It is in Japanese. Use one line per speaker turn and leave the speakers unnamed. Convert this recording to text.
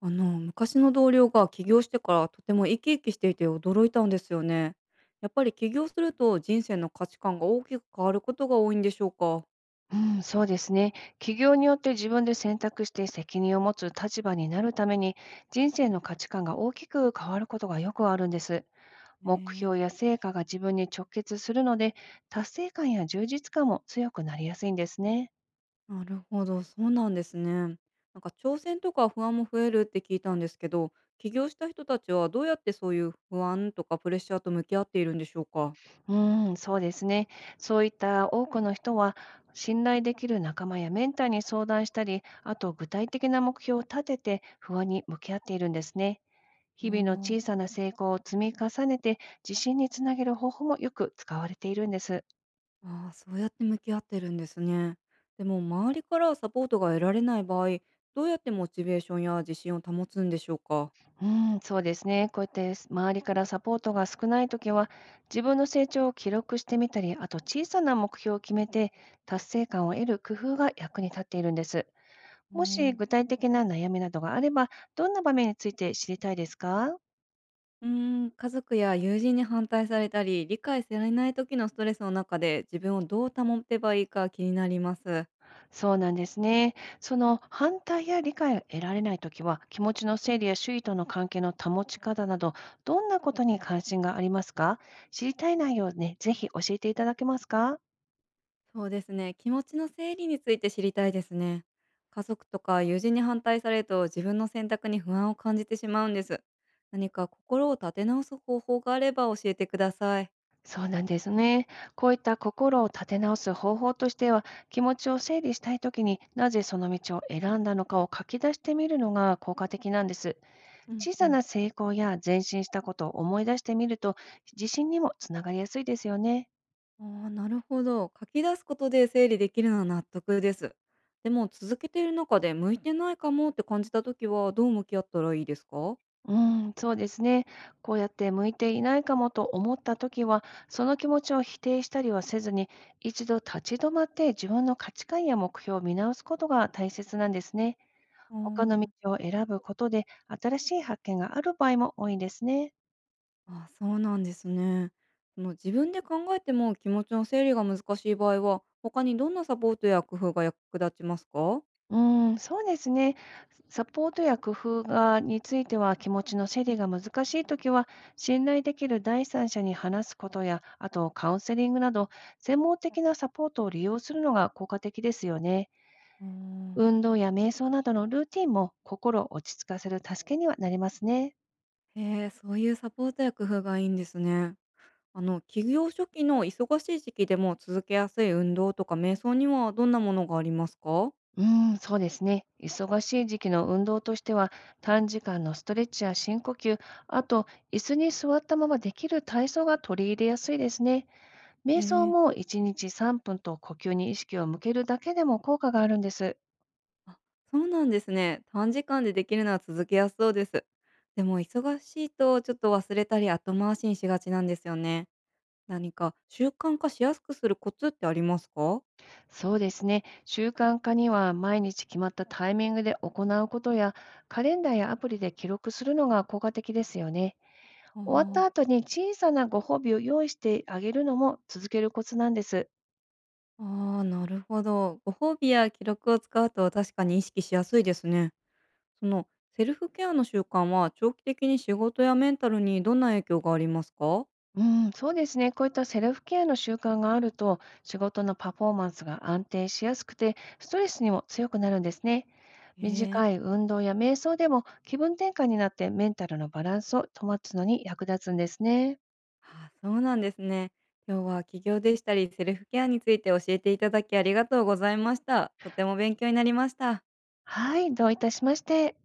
あの昔の同僚が起業してからとても生き生きしていて驚いたんですよね。やっぱり起業すると人生の価値観が大きく変わることが多いんでしょうか。
うん、そうですね。企業によって自分で選択して責任を持つ立場になるために、人生の価値観が大きく変わることがよくあるんです。
え
目
ー、
標や成果が自分に直結するので、達成感や充実感も強くなりやすいんですね。
なるほど、そうなんですね。なんか挑戦とか不安も増えるって聞いたんですけど、起業した人たちはどうやってそういう不安とかプレッシャーと向き合っているんでしょうか。
うん、そうですね。そういった多くの人は、信頼できる仲間やメンターに相談したり、あと具体的な目標を立てて不安に向き合っているんですね。
お
日々の
ー、
小さな成功を積み重ねて、自信につなげる方法もよく使われているんです。
ああ、そうやって向き合ってるんですね。でも周りからサポートが得られない場合、どうやってモチベーションや自信を保つんでしょうか。
うん、そうですね。こうやって周りからサポートが少ないときは、自分の成長を記録してみたり、あと小さな目標を決めて、達成感を得る工夫が役に立っているんです。
うー
もし
ん。
具体的な悩みなどがあれば、どんな場面について知りたいですか？
うー家族や友人に反対されたり、理解されない時のストレスの中で自分をどう保てばいいか気になります。
そうなんですね。その反対や理解が得られないときは、気持ちの整理や周囲との関係の保ち方など、どんなことに関心がありますか？知りたい内容をね、ぜひ教えていただけますか？
そうですね。気持ちの整理について知りたいですね。家族とか友人に反対されると自分の選択に不安を感じてしまうんです。何か心を立て直す方法があれば教えてください。
そうなんですね。こういった心を立て直す方法としては、気持ちを整理したいときになぜその道を選んだのかを書き出してみるのが効果的なんです。
うん
小
う
さ
ん。
な成功や前進したことを思い出してみると、自信にもつながりやすいですよね。
ああ、なるほど。書き出すことで整理できるのは納得です。でも続けている中で向いてないかもって感じた時はどう向き合ったらいいですか？
うん、そうですね。こうやって向いていないかもと思ったときは、その気持ちを否定したりはせずに、一度立ち止まって自分の価値観や目標を見直すことが大切なんですね。
ー
他の道を選ぶことで、新しい発見がある場合も多いですね。
あーあ、そうなんですね。その自分で考えても気持ちの整理が難しい場合は他にどんなサポートや工夫が役立ちますか？
うん、そうですね。サポートや工夫がについては、気持ちの整理が難しいときは、信頼できる第三者に話すことや、あとカウンセリングなど、専門的なサポートを利用するのが効果的ですよね。
あー、
運動や瞑想などのルーティンも心を落ち着かせる助けにはなりますね。
へえ、そういうサポートや工夫がいいんですね。あの起業初期の忙しい時期でも続けやすい運動とか瞑想にはどんなものがありますか？
うーん、そうですね。忙しい時期の運動としては、短時間のストレッチや深呼吸、あと、椅子に座ったままできる体操が取り入れやすいですね。瞑想
ええ、
も1日3分と呼吸に意識を向けるだけでも効果があるんです。
あ、そうなんですね。短時間でできるのは続けやすそうです。でも忙しいとちょっと忘れたり後回しにしがちなんですよね。何か習慣化しやすくするコツってありますか？
そうですね。習慣化には毎日決まったタイミングで行うことや、カレンダーやアプリで記録するのが効果的ですよね。
あ
終わった
ー、
後に小さなご褒美を用意してあげるのも続けるコツなんです。
あー、あ、なるほど。ご褒美や記録を使うと確かに意識しやすいですね。そのセルフケアの習慣は長期的に仕事やメンタルにどんな影響がありますか？
うん、そうですね。こういったセルフケアの習慣があると、仕事のパフォーマンスが安定しやすくて、ストレスにも強くなるんですね。
へえ、
短い運動や瞑想でも気分転換になってメンタルのバランスを保つのに役立つんですね。
ああ、そうなんですね。今日は起業でしたり、セルフケアについて教えていただきありがとうございました。とても勉強になりました。
はい、どういたしまして。